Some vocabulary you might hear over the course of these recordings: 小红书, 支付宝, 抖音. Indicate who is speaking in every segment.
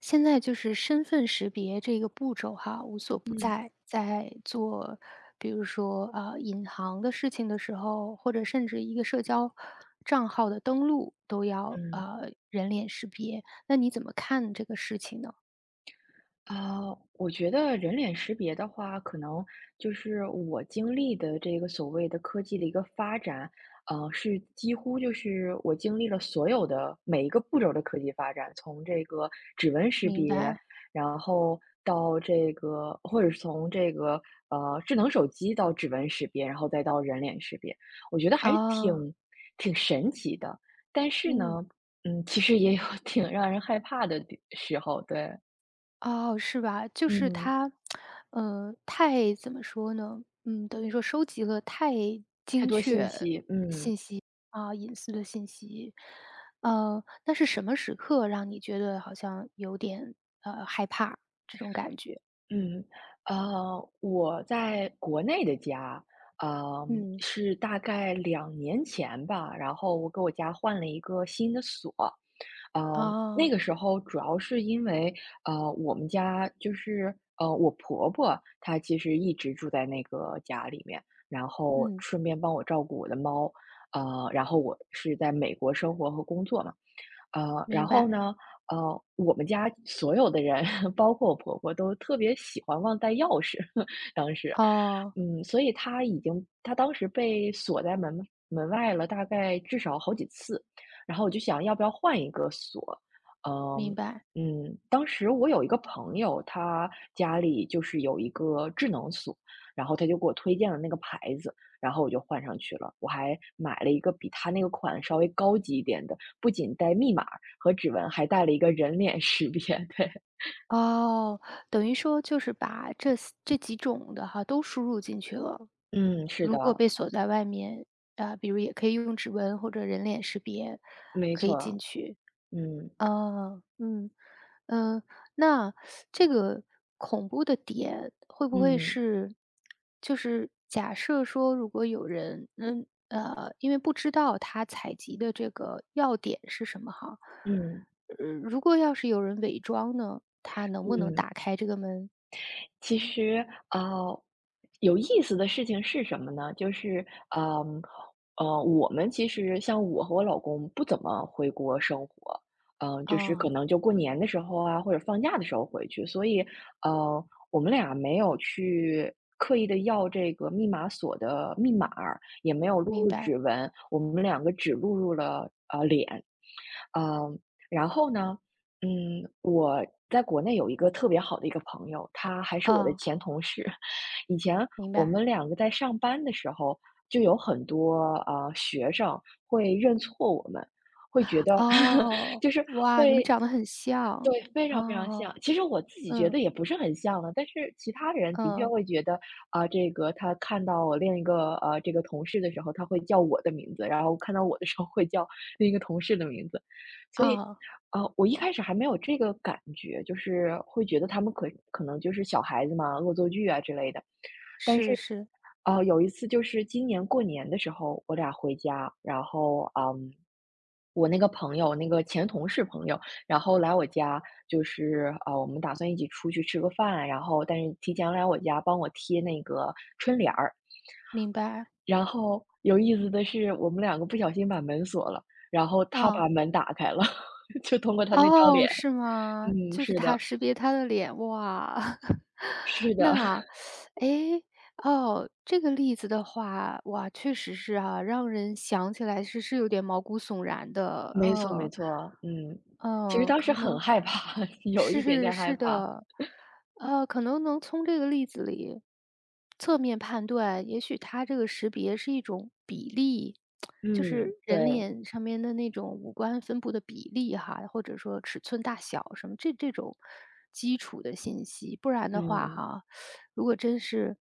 Speaker 1: 现在就是身份识别这个步骤哈，无所不
Speaker 2: 嗯
Speaker 1: 在，在做，比如说啊、银行的事情的时候，或者甚至一个社交账号的登录都要
Speaker 2: 嗯，
Speaker 1: 人脸识别。那你怎么看这个事情呢？
Speaker 2: 啊，我觉得人脸识别的话，可能就是我经历的这个所谓的科技的一个发展，是几乎就是我经历了所有的每一个步骤的科技发展，从这个指纹识
Speaker 1: 明
Speaker 2: 别，
Speaker 1: 白。
Speaker 2: 然后到这个，或者是从这个智能手机到指纹识别，然后再到人脸识别，我觉得还是
Speaker 1: 哦。
Speaker 2: 挺神奇的。但是
Speaker 1: 嗯。
Speaker 2: 呢，其实也有挺让人害怕的地时候，对，
Speaker 1: 哦，是吧？就是
Speaker 2: 嗯。
Speaker 1: 它，太怎么说呢？嗯，等于说收集了太
Speaker 2: 太
Speaker 1: 精
Speaker 2: 多信
Speaker 1: 确
Speaker 2: 息，
Speaker 1: 啊，隐私的信息。那是什么时刻让你觉得好像有点，害怕这种感觉？
Speaker 2: 嗯，我在国内的家，呃，
Speaker 1: 嗯。
Speaker 2: 是大概2年前吧，然后我给我家换了一个新的锁，呃，那
Speaker 1: 哦。
Speaker 2: 个时候主要是因为，我们家就是，我婆婆她其实一直住在那个家里面，然后
Speaker 1: 嗯。
Speaker 2: 顺便帮我照顾我的猫，然后我是在美国生活和工作嘛，然
Speaker 1: 明
Speaker 2: 后
Speaker 1: 白。
Speaker 2: 呢，我们家所有的人，包括我婆婆，都特别喜欢忘带钥匙，当时，
Speaker 1: 哦。
Speaker 2: 嗯，所以她已经，她当时被锁在门外了，大概至少好几次。然后我就想要不要换一个锁。
Speaker 1: 明
Speaker 2: 嗯
Speaker 1: 白。
Speaker 2: 嗯。当时我有一个朋友，他家里就是有一个智能锁，然后他就给我推荐了那个牌子，然后我就换上去了。我还买了一个比他那个款稍微高级一点的，不仅带密码和指纹，还带了一个人脸识别。对，
Speaker 1: 哦，等于说就是把这几种的哈都输入进去了。
Speaker 2: 嗯，是的，
Speaker 1: 如果被锁在外面，啊，比如也可以用指纹或者人脸识别
Speaker 2: 没
Speaker 1: 可以进
Speaker 2: 错，
Speaker 1: 去。
Speaker 2: 嗯
Speaker 1: 哦。嗯。呃，那这个恐怖的点会不会
Speaker 2: 嗯
Speaker 1: 是，就是假设说，如果有人，因为不知道他采集的这个要点是什么哈，
Speaker 2: 嗯
Speaker 1: 如果要是有人伪装呢，他能不能
Speaker 2: 嗯。
Speaker 1: 打开这个门？
Speaker 2: 其实，呃，有意思的事情是什么呢？就是，嗯，我们其实像我和我老公不怎么回国生活，嗯、就是可
Speaker 1: 啊。
Speaker 2: 能就过年的时候啊，或者放假的时候回去，所以，呃，我们俩没有去刻意的要这个密码锁的密码儿也没有录
Speaker 1: 明
Speaker 2: 入
Speaker 1: 白。
Speaker 2: 指纹，我们两个只录入了脸，嗯，然后呢，我在国内有一个特别好的一个朋友，他还是我的
Speaker 1: 啊。
Speaker 2: 前同事。以前
Speaker 1: 明
Speaker 2: 我
Speaker 1: 白。
Speaker 2: 们两个在上班的时候，就有很多学生会认错我们，会觉得
Speaker 1: 哦，
Speaker 2: 就是
Speaker 1: 哇，你们长得很像。
Speaker 2: 对，非常非常
Speaker 1: 啊。
Speaker 2: 像。其实我自己觉
Speaker 1: 嗯
Speaker 2: 得也不是很像了，但是其他人的确
Speaker 1: 嗯。
Speaker 2: 会觉得，啊、这个他看到我另一个这个同事的时候，他会叫我的名字，然后看到我的时候会叫另一个同事的名字，所以，
Speaker 1: 啊。
Speaker 2: 啊、我一开始还没有这个感觉，就是会觉得他们可能就是小孩子嘛，恶作剧啊之类的。但是，
Speaker 1: 是是。
Speaker 2: 有一次就是今年过年的时候，我俩回家，然后，嗯，我那个朋友，那个前同事朋友，然后来我家，就是我们打算一起出去吃个饭，然后但是提前来我家帮我贴那个春联儿。
Speaker 1: 明白。
Speaker 2: 然后有意思的是，我们两个不小心把门锁了，然后他
Speaker 1: 啊。
Speaker 2: 把门打开了，就通过他那张
Speaker 1: 哦，
Speaker 2: 脸。
Speaker 1: 是吗？
Speaker 2: 嗯，
Speaker 1: 就是
Speaker 2: 是
Speaker 1: 它
Speaker 2: 的，
Speaker 1: 识别他的脸，哇。
Speaker 2: 是的，
Speaker 1: 那，诶，哦，这个例子的话，哇，确实是啊，让人想起来是有点毛骨悚然的，
Speaker 2: 没错没
Speaker 1: 呃。
Speaker 2: 错，嗯，其实
Speaker 1: 嗯，
Speaker 2: 当时
Speaker 1: 可
Speaker 2: 很
Speaker 1: 能
Speaker 2: 害怕，有一点
Speaker 1: 是
Speaker 2: 点害
Speaker 1: 是
Speaker 2: 怕。
Speaker 1: 的，可能能从这个例子里侧面判断，也许它这个识别是一种比例，就是
Speaker 2: 嗯，
Speaker 1: 人
Speaker 2: 对，
Speaker 1: 脸上面的那种五官分布的比例哈，或者说尺寸大小什么这种基础的信息。不然的话
Speaker 2: 嗯，
Speaker 1: 哈，如果真是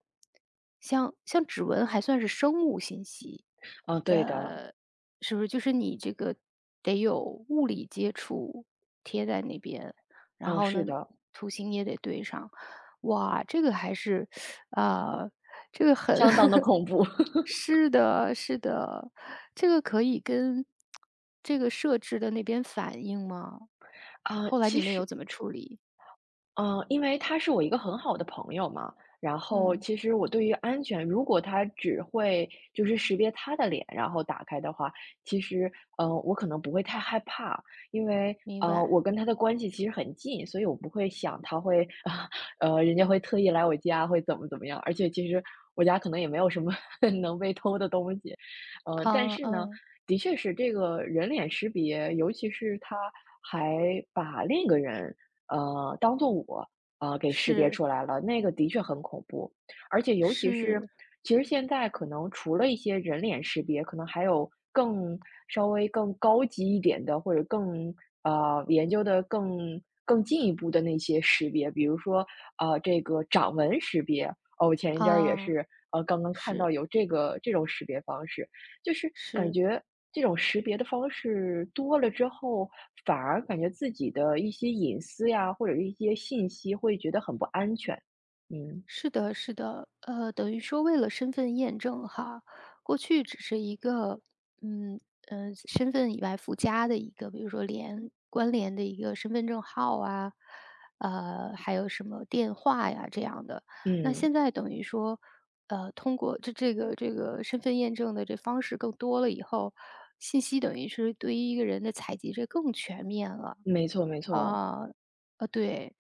Speaker 1: 像指纹还算是生物信息，
Speaker 2: 哦，对的，
Speaker 1: 呃，是不是就是你这个得有物理接触贴在那边，然
Speaker 2: 嗯，
Speaker 1: 后
Speaker 2: 是
Speaker 1: 呢，
Speaker 2: 的，
Speaker 1: 图形也得对上。哇，这个还是，啊，这个很
Speaker 2: 相当的 恐怖。
Speaker 1: 是的是的。这个可以跟这个设置的那边反映吗？
Speaker 2: 啊，
Speaker 1: 后来
Speaker 2: 其
Speaker 1: 你们有
Speaker 2: 实
Speaker 1: 怎么处理？
Speaker 2: 嗯，因为他是我一个很好的朋友嘛，然后
Speaker 1: 嗯。
Speaker 2: 其实我对于安全，如果他只会就是识别他的脸，然后打开的话，其实，我可能不会太害怕，因为，
Speaker 1: 明白。
Speaker 2: 我跟他的关系其实很近，所以我不会想他会 人家会特意来我家，会怎么怎么样，而且其实我家可能也没有什么 能被偷的东西，但
Speaker 1: 啊。
Speaker 2: 是呢，
Speaker 1: 嗯。
Speaker 2: 的确是这个人脸识别，尤其是他还把另一个人。当做我，给识别
Speaker 1: 是
Speaker 2: 出来了，那个的确很恐怖。而且尤其是
Speaker 1: 是。
Speaker 2: 其实现在可能除了一些人脸识别，可能还有更稍微更高级一点的，或者更研究的更进一步的那些识别，比如说，这个掌纹识别。哦，我前一阵儿也
Speaker 1: 啊。
Speaker 2: 是，呃，刚刚看
Speaker 1: 是
Speaker 2: 到有这个这种识别方式。就是感
Speaker 1: 是。
Speaker 2: 觉这种识别的方式多了之后，反而感觉自己的一些隐私呀，或者是一些信息会觉得很不安全。嗯。
Speaker 1: 是的，是的，等于说为了身份验证哈，过去只是一个，嗯身份以外附加的一个，比如说连关联的一个身份证号啊，还有什么电话呀这样的。那
Speaker 2: 嗯，
Speaker 1: 现在等于说，通过这个身份验证的这方式更多了以后，信息等于是对于一个人的采集这更全面了。
Speaker 2: 没错没错，
Speaker 1: 啊。对。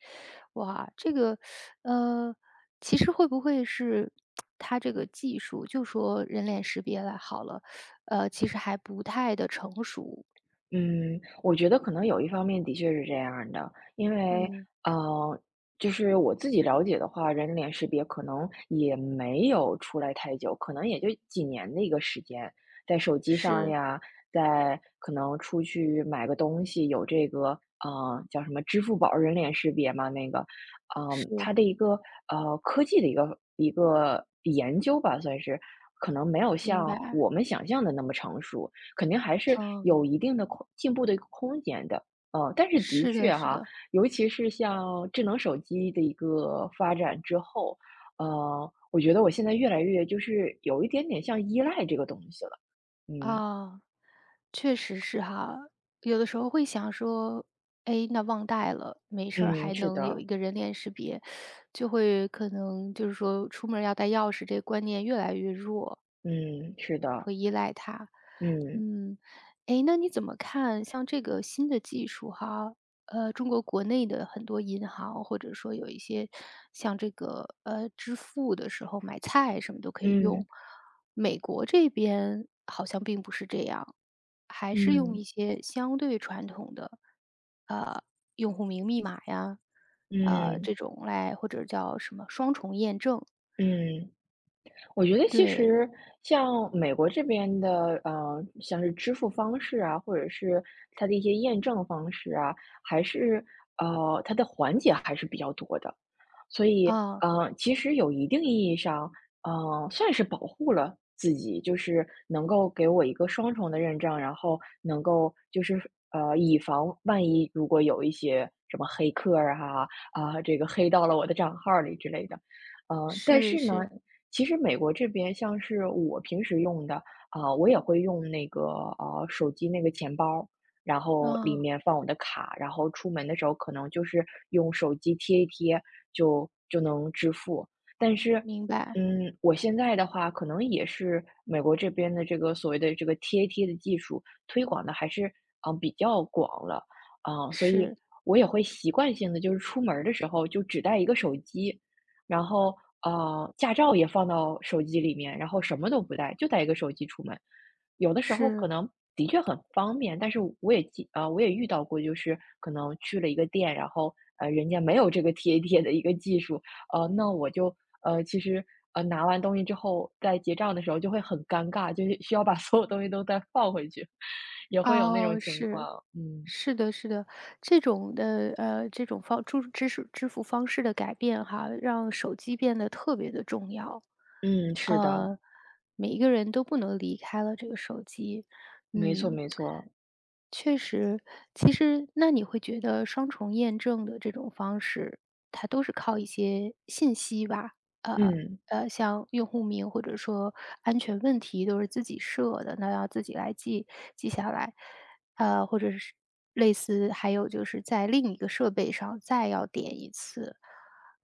Speaker 1: 哇，这个，呃，其实会不会是它这个技术，就说人脸识别来好了，其实还不太的成熟。
Speaker 2: 嗯，我觉得可能有一方面的确是这样儿的，因为，
Speaker 1: 嗯。
Speaker 2: 呃，就是我自己了解的话，人脸识别可能也没有出来太久，可能也就几年的一个时间，在手机上
Speaker 1: 是
Speaker 2: 呀，在可能出去买个东西有这个，呃，叫什么支付宝人脸识别嘛，那个，
Speaker 1: 是。
Speaker 2: 嗯、它的一个科技的一个研究吧，算是，可能没有
Speaker 1: 明
Speaker 2: 像
Speaker 1: 白。
Speaker 2: 我们想象的那么成熟。肯定还是有
Speaker 1: 嗯。
Speaker 2: 一定的空进步的一个空间的。但是的
Speaker 1: 是的，
Speaker 2: 确
Speaker 1: 是
Speaker 2: 哈，
Speaker 1: 的。
Speaker 2: 尤其是像智能手机的一个发展之后，我觉得我现在越来越就是有一点点像依赖这个东西了。嗯
Speaker 1: 啊，确实是哈。有的时候会想说，哎，那忘带了，没事儿，
Speaker 2: 嗯，
Speaker 1: 还
Speaker 2: 是
Speaker 1: 能有
Speaker 2: 的，
Speaker 1: 一个人脸识别，就会可能就是说出门儿要带钥匙这个观念越来越弱。
Speaker 2: 嗯，是的，嗯
Speaker 1: 嗯。诶，那你怎么看像这个新的技术哈，中国国内的很多银行，或者说有一些像这个，支付的时候买菜什么都可以
Speaker 2: 嗯
Speaker 1: 用，美国这边好像并不是这样，还是用
Speaker 2: 嗯
Speaker 1: 一些相对传统的用户名密码呀，
Speaker 2: 嗯
Speaker 1: 这种来或者叫什么双重验证，
Speaker 2: 嗯。我觉得其
Speaker 1: 对。
Speaker 2: 实像美国这边的，像是支付方式啊，或者是它的一些验证方式啊，还是它的环节还是比较多的。所以，
Speaker 1: 啊。
Speaker 2: 其实有一定意义上，算是保护了自己，就是能够给我一个双重的认证，然后能够就是以防万一如果有一些什么黑客儿啊啊，这个黑到了我的账号里之类的。但
Speaker 1: 是
Speaker 2: 是呢，
Speaker 1: 是。
Speaker 2: 其实美国这边像是我平时用的啊，我也会用那个手机那个钱包，然后里
Speaker 1: 啊。
Speaker 2: 面放我的卡，然后出门的时候可能就是用手机贴一贴就能支付。但是，
Speaker 1: 明白。
Speaker 2: 嗯，我现在的话，可能也是美国这边的这个所谓的这个贴一贴的技术推广的还是嗯比较广了啊、所以
Speaker 1: 是。
Speaker 2: 我也会习惯性的就是出门儿的时候就只带一个手机，然后驾照也放到手机里面，然后什么都不带，就带一个手机出门。有的时候可
Speaker 1: 是。
Speaker 2: 能的确很方便，但是我也记我也遇到过，就是可能去了一个店，然后，人家没有这个贴贴的一个技术，那我就其实，拿完东西之后，在结账的时候就会很尴尬，就是 需要把所有东西都再放回去，也会有那种
Speaker 1: 哦，
Speaker 2: 情
Speaker 1: 是。
Speaker 2: 况。嗯，
Speaker 1: 是的，是的，这种的这种方支支付支付方式的改变哈，让手机变得特别的重要。
Speaker 2: 嗯，是的，
Speaker 1: 呃，每一个人都不能离开了这个手机。
Speaker 2: 没错
Speaker 1: 嗯。
Speaker 2: 没错，
Speaker 1: 确实，其实那你会觉得双重验证的这种方式，它都是靠一些信息吧？呃
Speaker 2: 嗯。
Speaker 1: 像用户名或者说安全问题都是自己设的，那要自己来记下来。或者是类似还有就是在另一个设备上再要点一次，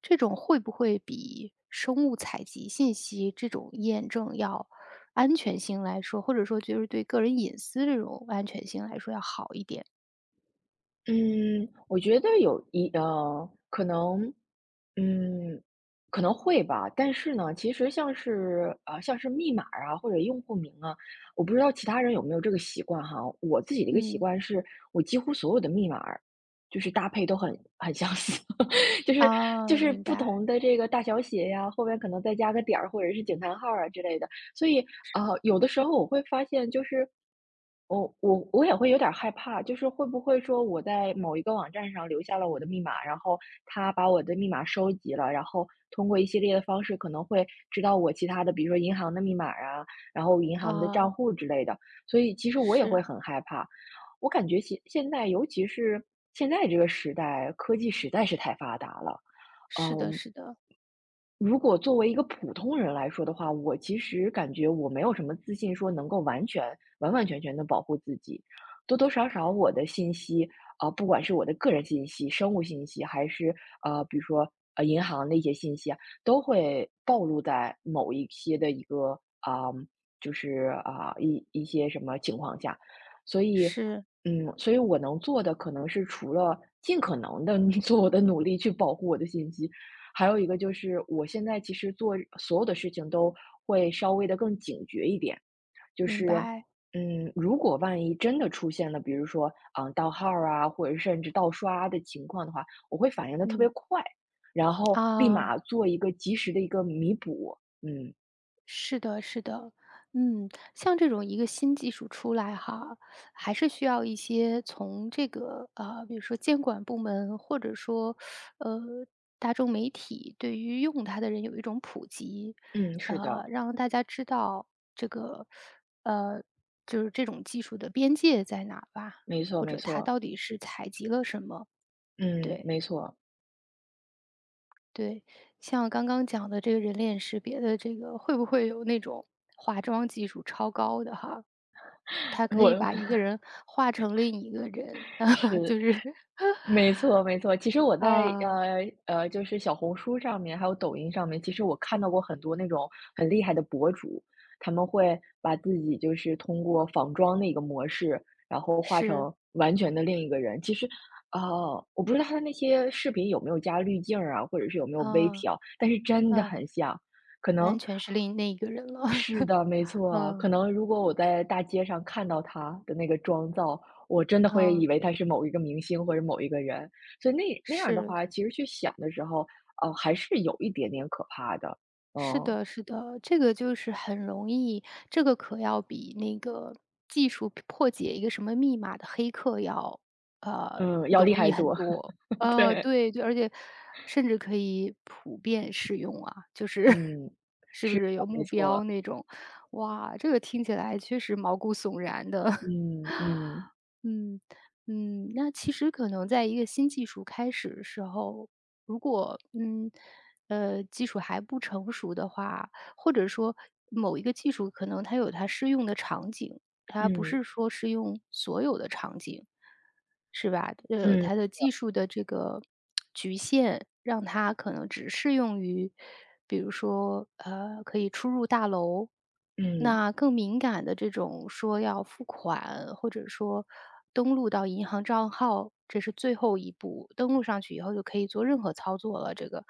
Speaker 1: 这种会不会比生物采集信息这种验证要安全性来说，或者说就是对个人隐私这种安全性来说要好一点？
Speaker 2: 嗯，我觉得有一可能，嗯，可能会吧。但是呢，其实像是像是密码儿啊，或者用户名啊，我不知道其他人有没有这个习惯哈。我自己的一个习
Speaker 1: 嗯。
Speaker 2: 惯是，我几乎所有的密码儿就是搭配都很相似，就是就
Speaker 1: 啊。
Speaker 2: 是
Speaker 1: 明
Speaker 2: 不
Speaker 1: 白。
Speaker 2: 同的这个大小写呀，后面可能再加个点儿或者是惊叹号啊之类的，所以，有的时候我会发现，就是我也会有点儿害怕，就是会不会说我在某一个网站上留下了我的密码，然后他把我的密码收集了，然后通过一系列的方式可能会知道我其他的，比如说银行的密码啊，然后银行的账
Speaker 1: 啊。
Speaker 2: 户之类的。所以其实我也会
Speaker 1: 是。
Speaker 2: 很害怕。我感觉现在，尤其是现在这个时代，科技实在是太发达了。
Speaker 1: 是的
Speaker 2: 嗯，
Speaker 1: 是的。
Speaker 2: 如果作为一个普通人来说的话，我其实感觉我没有什么自信说能够完全完完全全的保护自己。多多少少我的信息，啊，不管是我的个人信息、生物信息，还是，比如说，银行的一些信息啊，都会暴露在某一些的一个，啊，就是，啊，一些什么情况下。所以，
Speaker 1: 是。
Speaker 2: 嗯，所以我能做的可能是除了尽可能的 做我的努力去保护我的信息，还有一个就是，我现在其实做所有的事情都会稍微的更警觉一点，就
Speaker 1: 明
Speaker 2: 是，
Speaker 1: 白。
Speaker 2: 嗯，如果万一真的出现了，比如说，盗号儿啊，或者甚至盗刷的情况的话，我会反应的特别
Speaker 1: 嗯。
Speaker 2: 快，然后立
Speaker 1: 啊。
Speaker 2: 马做一个及时的一个弥补。嗯，
Speaker 1: 是的，是的，嗯，像这种一个新技术出来哈，还是需要一些从这个比如说监管部门，或者说呃大众媒体对于用它的人有一种普及，
Speaker 2: 嗯，是的，
Speaker 1: 让大家知道这个呃就是这种技术的边界在哪吧，
Speaker 2: 没错
Speaker 1: 或
Speaker 2: 没
Speaker 1: 者它
Speaker 2: 错，
Speaker 1: 到底是采集了什么，
Speaker 2: 嗯，
Speaker 1: 对。
Speaker 2: 没错，
Speaker 1: 对，像刚刚讲的这个人脸识别的这个，会不会有那种化妆技术超高的哈？它 可以
Speaker 2: 我
Speaker 1: 把一个 人化成另一个人，
Speaker 2: 是。
Speaker 1: 就是
Speaker 2: 没错没错，其实我在
Speaker 1: 啊
Speaker 2: 就是小红书上面，还有抖音上面，其实我看到过很多那种很厉害的博主，他们会把自己就是通过仿妆的一个模式，然后化
Speaker 1: 是，
Speaker 2: 成完全的另一个人。其实，呃，我不知道他的那些视频有没有加滤镜儿啊，或者是有没有微
Speaker 1: 啊。
Speaker 2: 调，但是真的
Speaker 1: 嗯。
Speaker 2: 很像。可能
Speaker 1: 完全是另那一个人了。
Speaker 2: 是 的，没错。可
Speaker 1: 嗯。
Speaker 2: 能如果我在大街上看到他的那个妆造，我真的会
Speaker 1: 啊。
Speaker 2: 以为他是某一个明星或者某一个人，所以那那样的
Speaker 1: 是。
Speaker 2: 话，其实去想的时候，还是有一点点可怕的。
Speaker 1: 是
Speaker 2: 嗯，
Speaker 1: 的，是的，这个就是很容易，这个可要比那个技术破解一个什么密码的黑客要，
Speaker 2: 嗯，要厉
Speaker 1: 容
Speaker 2: 害
Speaker 1: 易很
Speaker 2: 多，
Speaker 1: 多。
Speaker 2: 对，
Speaker 1: 对对，而且甚至可以普遍适用啊，就是
Speaker 2: 嗯，
Speaker 1: 是不
Speaker 2: 是
Speaker 1: 是
Speaker 2: 的，
Speaker 1: 有
Speaker 2: 没
Speaker 1: 目
Speaker 2: 错，
Speaker 1: 标那种？哇，这个听起来确实毛骨悚然的。
Speaker 2: 嗯嗯
Speaker 1: 嗯嗯。那其实可能在一个新技术开始的时候，如果技术还不成熟的话，或者说某一个技术可能它有它适用的场景，它不
Speaker 2: 嗯
Speaker 1: 是说适用所有的场景，是吧？
Speaker 2: 嗯
Speaker 1: 它的技术的这个局限，让它可能只适用于。比如说，可以出入大楼。
Speaker 2: 嗯。
Speaker 1: 那更敏感的这种说要付款，或者说登录到银行账号，这是最后一步。登录上去以后就可以做任何操作了，这个，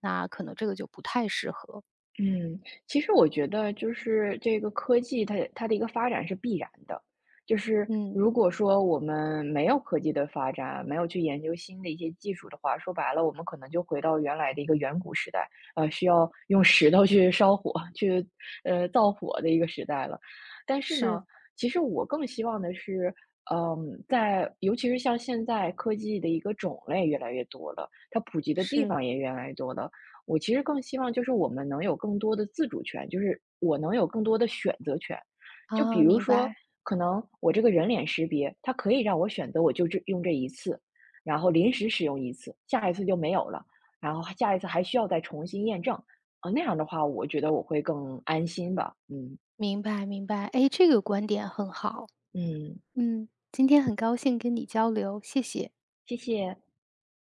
Speaker 1: 那可能这个就不太适合。
Speaker 2: 嗯，其实我觉得就是这个科技它的一个发展是必然的，就是
Speaker 1: 嗯。
Speaker 2: 如果说我们没有科技的发展，没有去研究新的一些技术的话，说白了，我们可能就回到原来的一个远古时代，呃，需要用石头去烧火、去造火的一个时代了。但是呢，
Speaker 1: 是
Speaker 2: 其实我更希望的是，嗯，在尤其是像现在科技的一个种类越来越多了，它普及的地
Speaker 1: 是。
Speaker 2: 方也越来越多了。我其实更希望就是我们能有更多的自主权，就是我能有更多的选择权。就比
Speaker 1: 啊。
Speaker 2: 如
Speaker 1: 明
Speaker 2: 说，
Speaker 1: 白
Speaker 2: 可能我这个人脸识别，它可以让我选择，我就这用这一次，然后临时使用一次，下一次就没有了，然后下一次还需要再重新验证。啊，那样的话，我觉得我会更安心吧。嗯
Speaker 1: 明白明白。哎，这个观点很好。
Speaker 2: 嗯，
Speaker 1: 嗯，今天很高兴跟你交流，谢谢。
Speaker 2: 谢谢。